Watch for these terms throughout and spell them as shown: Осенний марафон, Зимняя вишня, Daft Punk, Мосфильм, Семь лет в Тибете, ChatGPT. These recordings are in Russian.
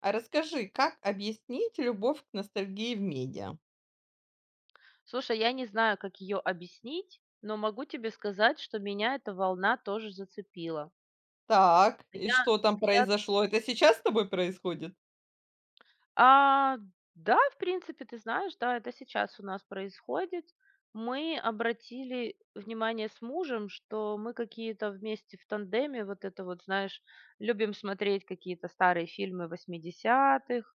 А расскажи, как объяснить любовь к ностальгии в медиа? Слушай, я не знаю, как ее объяснить, но могу тебе сказать, что меня эта волна тоже зацепила. Так, и Я что там я произошло? Это сейчас с тобой происходит? а, да, в принципе, ты знаешь, да, это сейчас у нас происходит. Мы обратили внимание с мужем, что мы какие-то вместе в тандеме, вот это вот, знаешь, любим смотреть какие-то старые фильмы восьмидесятых.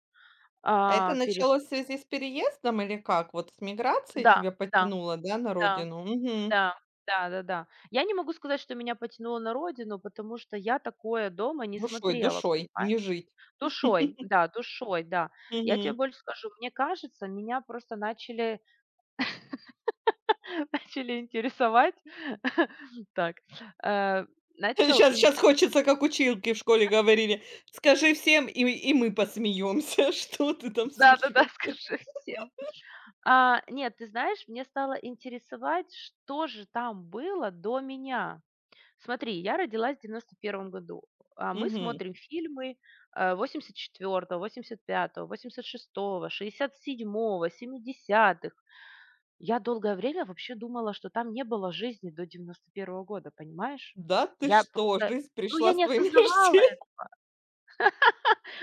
А это а, перес... началось в связи с переездом или как? Вот с миграцией Да, тебя да, потянуло, да, на да. родину? Мгм. Да, да-да-да. Я не могу сказать, что меня потянуло на родину, потому что я такое дома не Душой, смотрела, душой, не понимаешь? жить. Душой, да, душой, да. Я тебе Мгм. больше скажу, мне кажется, меня просто начали начали интересовать так, э, начал Сейчас, ин сейчас хочется, как училки в школе говорили, скажи всем, и мы посмеемся. Что ты там да-да-да, смеешь? скажи всем. А нет, ты знаешь, мне стало интересовать, что же там было до меня. Смотри, я родилась в девяносто первом году, а мы Мгм. смотрим фильмы восемьдесят четвёртого, восемьдесят пятого, восемьдесят шестого, шестьдесят седьмого, 70. Я долгое время вообще думала, что там не было жизни до девяносто первого года, понимаешь? Да ты Я что, просто, жизнь ну я пришла с не твоим осознавала, рождением?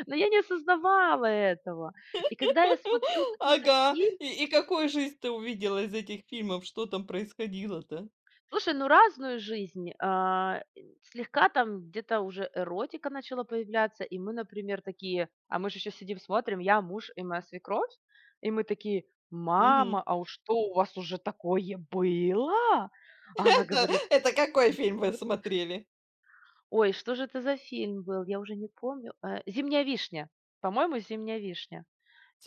но я не осознавала этого. И когда я смотрю какие-то Ага. фильмы, И какую жизнь ты увидела из этих фильмов? Что там происходило-то? слушай, ну разную жизнь. Слегка там где-то уже эротика начала появляться, и мы, например, такие, а мы же еще сидим, смотрим, я, муж и моя свекровь, и мы такие: Мгм. мама, а уж что у вас уже такое было? А она Это говорит: это какой «М, фильм вы чё-то- смотрели? ой, что же это за фильм был, я уже не помню. Зимняя вишня, по-моему, Зимняя вишня.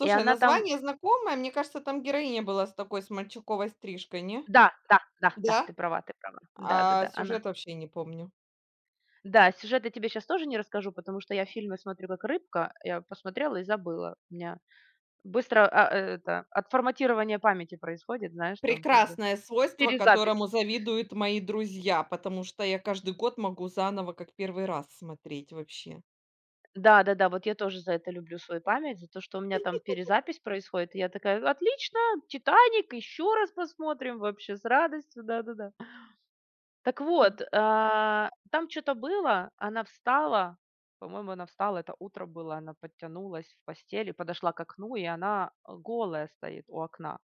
И она там, название знакомое. Мне кажется, там героиня была с такой, с мальчуковой стрижкой, не? да, да, да, да, Да? Ты права, да, да, А да, она. сюжет вообще не помню. Да, сюжет я тебе сейчас тоже не расскажу, потому что я фильмы смотрю как рыбка. Я посмотрела и забыла. У меня быстро, отформатирование памяти происходит, знаешь, там как бы Прекрасное свойство, перезапись. которому завидуют мои друзья, потому что я каждый год могу заново, как первый раз, смотреть вообще. Да-да-да, вот я тоже за это люблю свою память, за то, что у меня там перезапись происходит. И я такая: "Отлично, Титаник еще раз посмотрим вообще с радостью". Да-да-да. Так вот, М. Там что то было, она встала, по-моему, она встала, это утро было, она подтянулась в постели, подошла к окну, и она голая стоит у окна.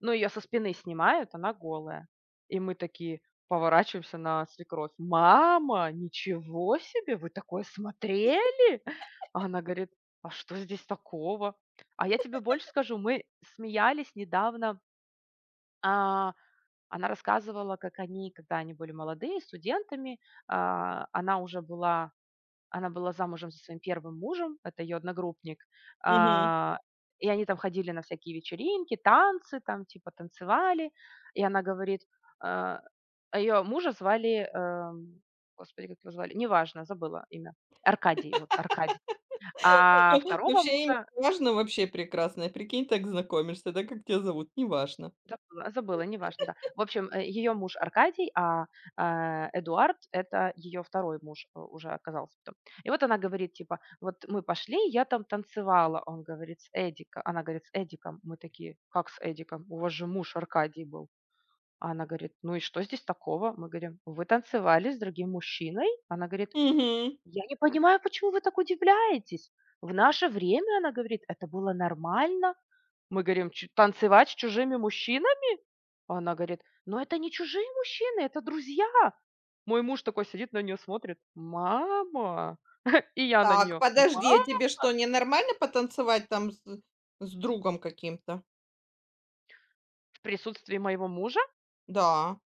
Ну, ее со спины снимают, она голая. И мы такие поворачиваемся на свекровь: "Мама, ничего себе, вы такое смотрели?" А она говорит: "А что здесь такого?" А я тебе больше скажу, мы смеялись недавно, а она рассказывала, как они, когда они были молодые, студентами, а, она уже была она была замужем за своим первым мужем, это ее одногруппник, Мгм. а, и они там ходили на всякие вечеринки, танцы, там типа танцевали, и она говорит: а, ее мужа звали, господи, как его звали, неважно, забыла имя, Аркадий, вот Аркадий, а второго Вообще имя мужа не важно, вообще прекрасное. Прикинь, так знакомишься, да, как тебя зовут, неважно. забыла, забыла, неважно, да. В общем, ее муж Аркадий, Эдуард — это ее второй муж, уже оказался потом. И вот она говорит типа: "Вот мы пошли, я там танцевала". Он говорит: "С Эдика". Она говорит: "С Эдиком". Мы такие: "Как с Эдиком? У вас же муж Аркадий был". А она говорит: "Ну и что здесь такого?" Мы говорим: "Вы танцевали с другим мужчиной". Она говорит: Мгм. "Я не понимаю, почему вы так удивляетесь. В наше время, она говорит, это было нормально". Мы говорим: "Чу танцевать с чужими мужчинами?" А она говорит: "Но это не чужие мужчины, это друзья". Мой муж такой сидит, на нее смотрит: "Мама". И я на Так, нее: мама. подожди, а тебе что, ненормально потанцевать там с другом каким-то? В присутствии моего мужа, Да.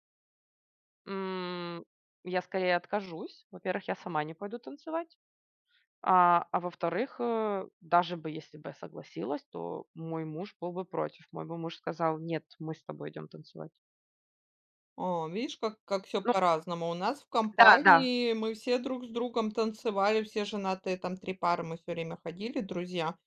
м, я скорее откажусь. Во-первых, я сама не пойду танцевать. а во-вторых, даже бы если бы я согласилась, то мой муж был бы против. Мой бы муж сказал: "Нет, мы с тобой идем танцевать". А, видишь, как все Ну по-разному. У нас в да, да. компании мы все друг с другом танцевали, все женатые, там 3 пары мы все время ходили, друзья.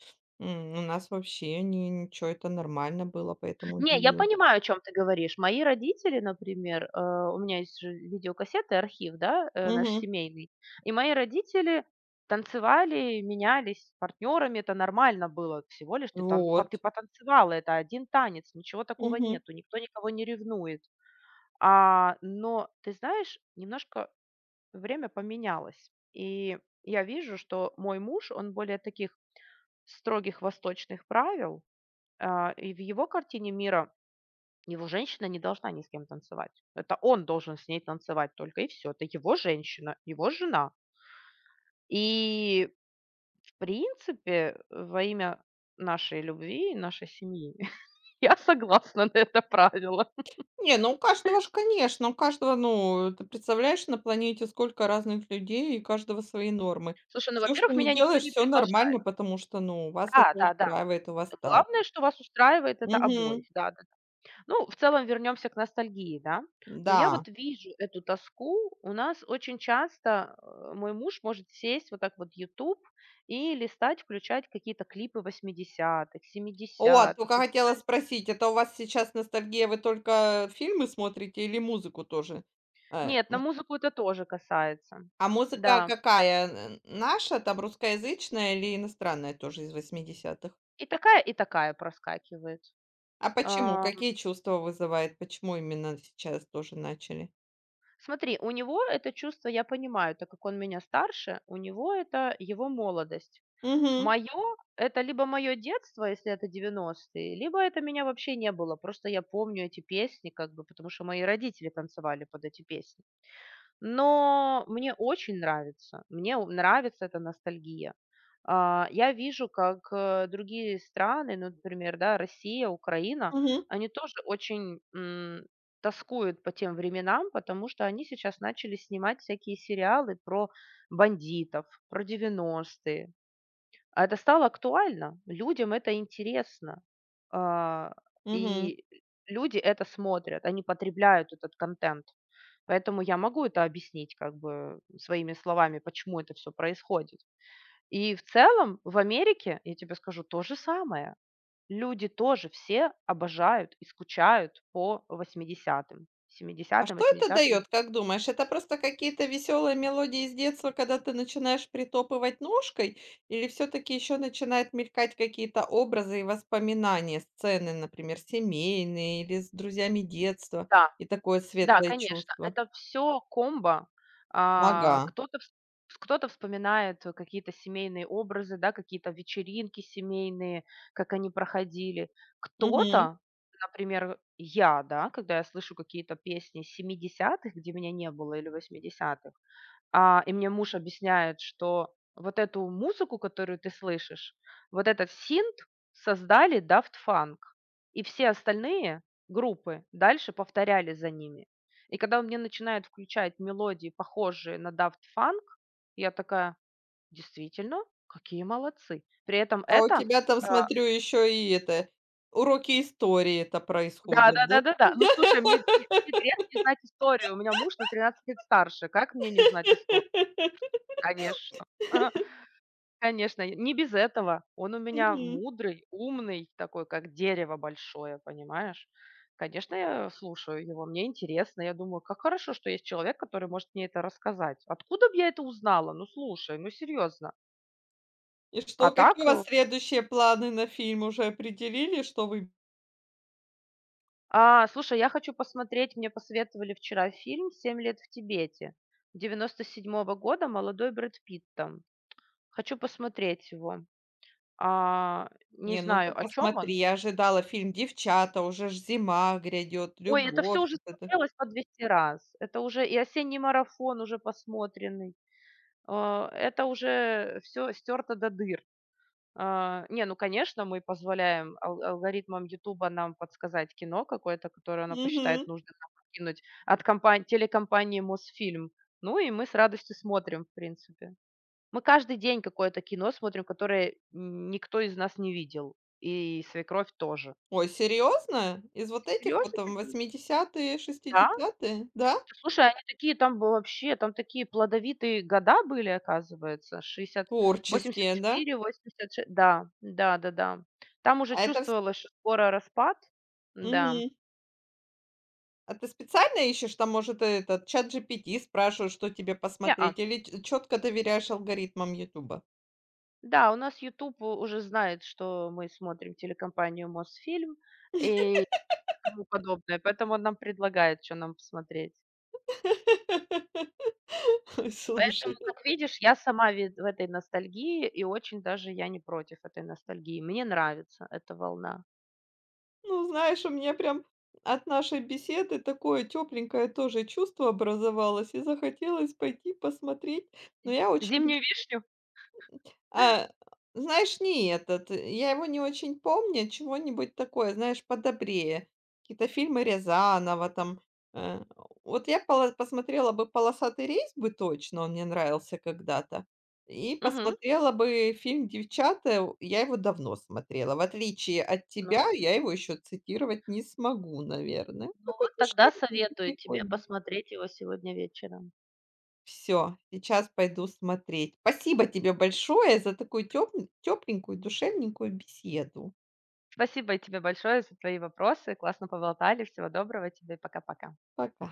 М, у нас вообще не ничего это нормально было, поэтому Не, я удивилась. понимаю, о чем ты говоришь. Мои родители, например, у меня есть же видеокассеты, архив, да, наш Мгм. семейный. И мои родители танцевали, менялись партнерами, это нормально было. Всего лишь ты тан па ты Вот. потанцевала, это один танец, ничего такого Мгм. нету, никто никого не ревнует. Но ты знаешь, немножко время поменялось. И я вижу, что мой муж, он более таких строгих восточных правил, и в его картине мира его женщина не должна ни с кем танцевать. Это он должен с ней танцевать только, и все. Это его женщина, его жена. И, в принципе, во имя нашей любви и нашей семьи я согласна на это правило. Не, ну у каждого ж, конечно, у каждого, ну, ты представляешь, на планете сколько разных людей, и у каждого свои нормы. Слушай, ну, Все, что во-первых, не меня никто делаешь, не все нормально, приглашает. потому что, ну, вас это Да, да, да. устраивает, у вас так. Главное, что вас устраивает это обоих. Мгм. Да. Ну, в целом вернемся к ностальгии, да. Но я Да. вот вижу эту тоску. У нас очень часто мой муж может сесть вот так вот YouTube и листать, включать какие-то клипы 80-х, О, 70-х. только И хотела спросить, это у вас сейчас ностальгия, вы только фильмы смотрите или музыку тоже? Э, нет, на м, музыку это тоже касается. а музыка Да. какая? Н наша, там, русскоязычная или иностранная тоже из восьмидесятых? И такая проскакивает. А почему? А, Какие чувства вызывает? Почему именно сейчас тоже начали? Смотри, у него это чувство, я понимаю, так как он меня старше, у него это его молодость. Мгм, Мое это либо мое детство, если это девяностые, либо это меня вообще не было. Просто я помню эти песни, как бы, потому что мои родители танцевали под эти песни. Но мне очень нравится, мне о нравится эта ностальгия. Я вижу, как, другие страны, ну, например, да, Россия, Украина, мгм, они тоже очень, тоскуют по тем временам, потому что они сейчас начали снимать всякие сериалы про бандитов, про девяностые. А это стало актуально, людям это интересно. А, мгм. и люди это смотрят, они потребляют этот контент. Поэтому я могу это объяснить как бы своими словами, почему это все происходит. И в целом в Америке, я тебе скажу, то же самое. Люди тоже все обожают и скучают по 80-м, А 70-м, что это 80-м. дает, как думаешь? Это просто какие-то веселые мелодии из детства, когда ты начинаешь притопывать ножкой, или все таки еще начинают мелькать какие-то образы и воспоминания, сцены, например, семейные или с друзьями детства, и такое Да, светлое конечно, чувство? это все комбо. Ага, А, кто-то вс кто-то вспоминает какие-то семейные образы, да, какие-то вечеринки семейные, как они проходили. мгм. Кто-то, например, я, да, когда я слышу какие-то песни семидесятых, где меня не было, или восьмидесятых. И мне муж объясняет, что вот эту музыку, которую ты слышишь, вот этот синт создали Daft Punk, и все остальные группы дальше повторяли за ними. И когда он мне начинает включать мелодии, похожие на Daft Punk, я такая: "Действительно, какие молодцы". При этом А у это, тебя там, а, смотрю, еще и это, уроки истории это происходит, да? да-да-да-да-да. Ну, слушай, мне грех не знать историю. У меня муж на 13 лет старше. Как мне не знать историю? Конечно. Конечно, и не без этого. Он у меня Мгм. мудрый, умный, такой, как дерево большое, понимаешь? Конечно, я слушаю его, мне интересно. Я думаю, как хорошо, что есть человек, который может мне это рассказать. Откуда бы я это узнала? Ну, слушай, ну, серьезно. И А что, какие у так, э, вас следующие планы на фильм? Уже определили, что вы слушай, я хочу посмотреть, мне посоветовали вчера фильм «Семь лет в Тибете» 97-го года, молодой Брэд Питт там. Хочу посмотреть его. Не Не, ну ты знаю, о чем посмотри, он. я ожидала фильм "Девчата", уже ж зима грядет, Ой, это все любовь, уже вот это. смотрелось по 200 раз. Это уже и "Осенний марафон" уже посмотренный. Это уже все стерто до дыр. Не, ну, конечно, мы позволяем ал алгоритмам "Ютуба" нам подсказать кино какое-то, которое она посчитает Мгм. нужным нам подкинуть от компан телекомпании "Мосфильм". Ну и мы с радостью смотрим, в принципе. Мы каждый день какое-то кино смотрим, которое никто из нас не видел, и свекровь тоже. Ой, серьезно? Из вот этих вот Серьезно? Тебе там говорю? восьмидесятые Да. шестидесятые, да? Ты Слушай, а они такие там б вообще, там такие плодовитые года были, оказывается, шестьдесят, восемьдесят Творческие, да? четыре, восемьдесят шесть. Да, да-да-да. Там уже А это вс чувствовалось, что скоро распад. Да. мгм. А ты специально ищешь там, может, этот Чат ChatGPT спрашиваешь, что тебе Неа. посмотреть, или четко доверяешь алгоритмам "Ютуба"? Да, у нас "Ютуб" уже знает, что мы смотрим телекомпанию "Мосфильм" и тому подобное, поэтому он нам предлагает, что нам посмотреть. Поэтому, слушай. как видишь, я сама вид в этой ностальгии, и очень даже я не против этой ностальгии. Мне нравится эта волна. Ну, знаешь, у меня прям от нашей беседы такое тепленькое тоже чувство образовалось, и захотелось пойти посмотреть. Но я очень "Зимнюю вишню"? а, знаешь, не этот, я его не очень помню, чего-нибудь такое, знаешь, подобрее. Какие-то фильмы Рязанова там. Э, вот я поло посмотрела бы "Полосатый рейс" бы точно, он мне нравился когда-то. И Мгм. посмотрела бы фильм "Девчата", я его давно смотрела. В отличие от Ну. тебя, я его еще цитировать не смогу, наверное. Ну Такой вот тогда смешненький, советую тебе прикольный. посмотреть его сегодня вечером. Все, сейчас пойду смотреть. Спасибо тебе большое за такую тёпленькую, душевненькую беседу. Спасибо и тебе большое за твои вопросы. Классно поболтали. Всего доброго тебе. Пока-пока. Пока.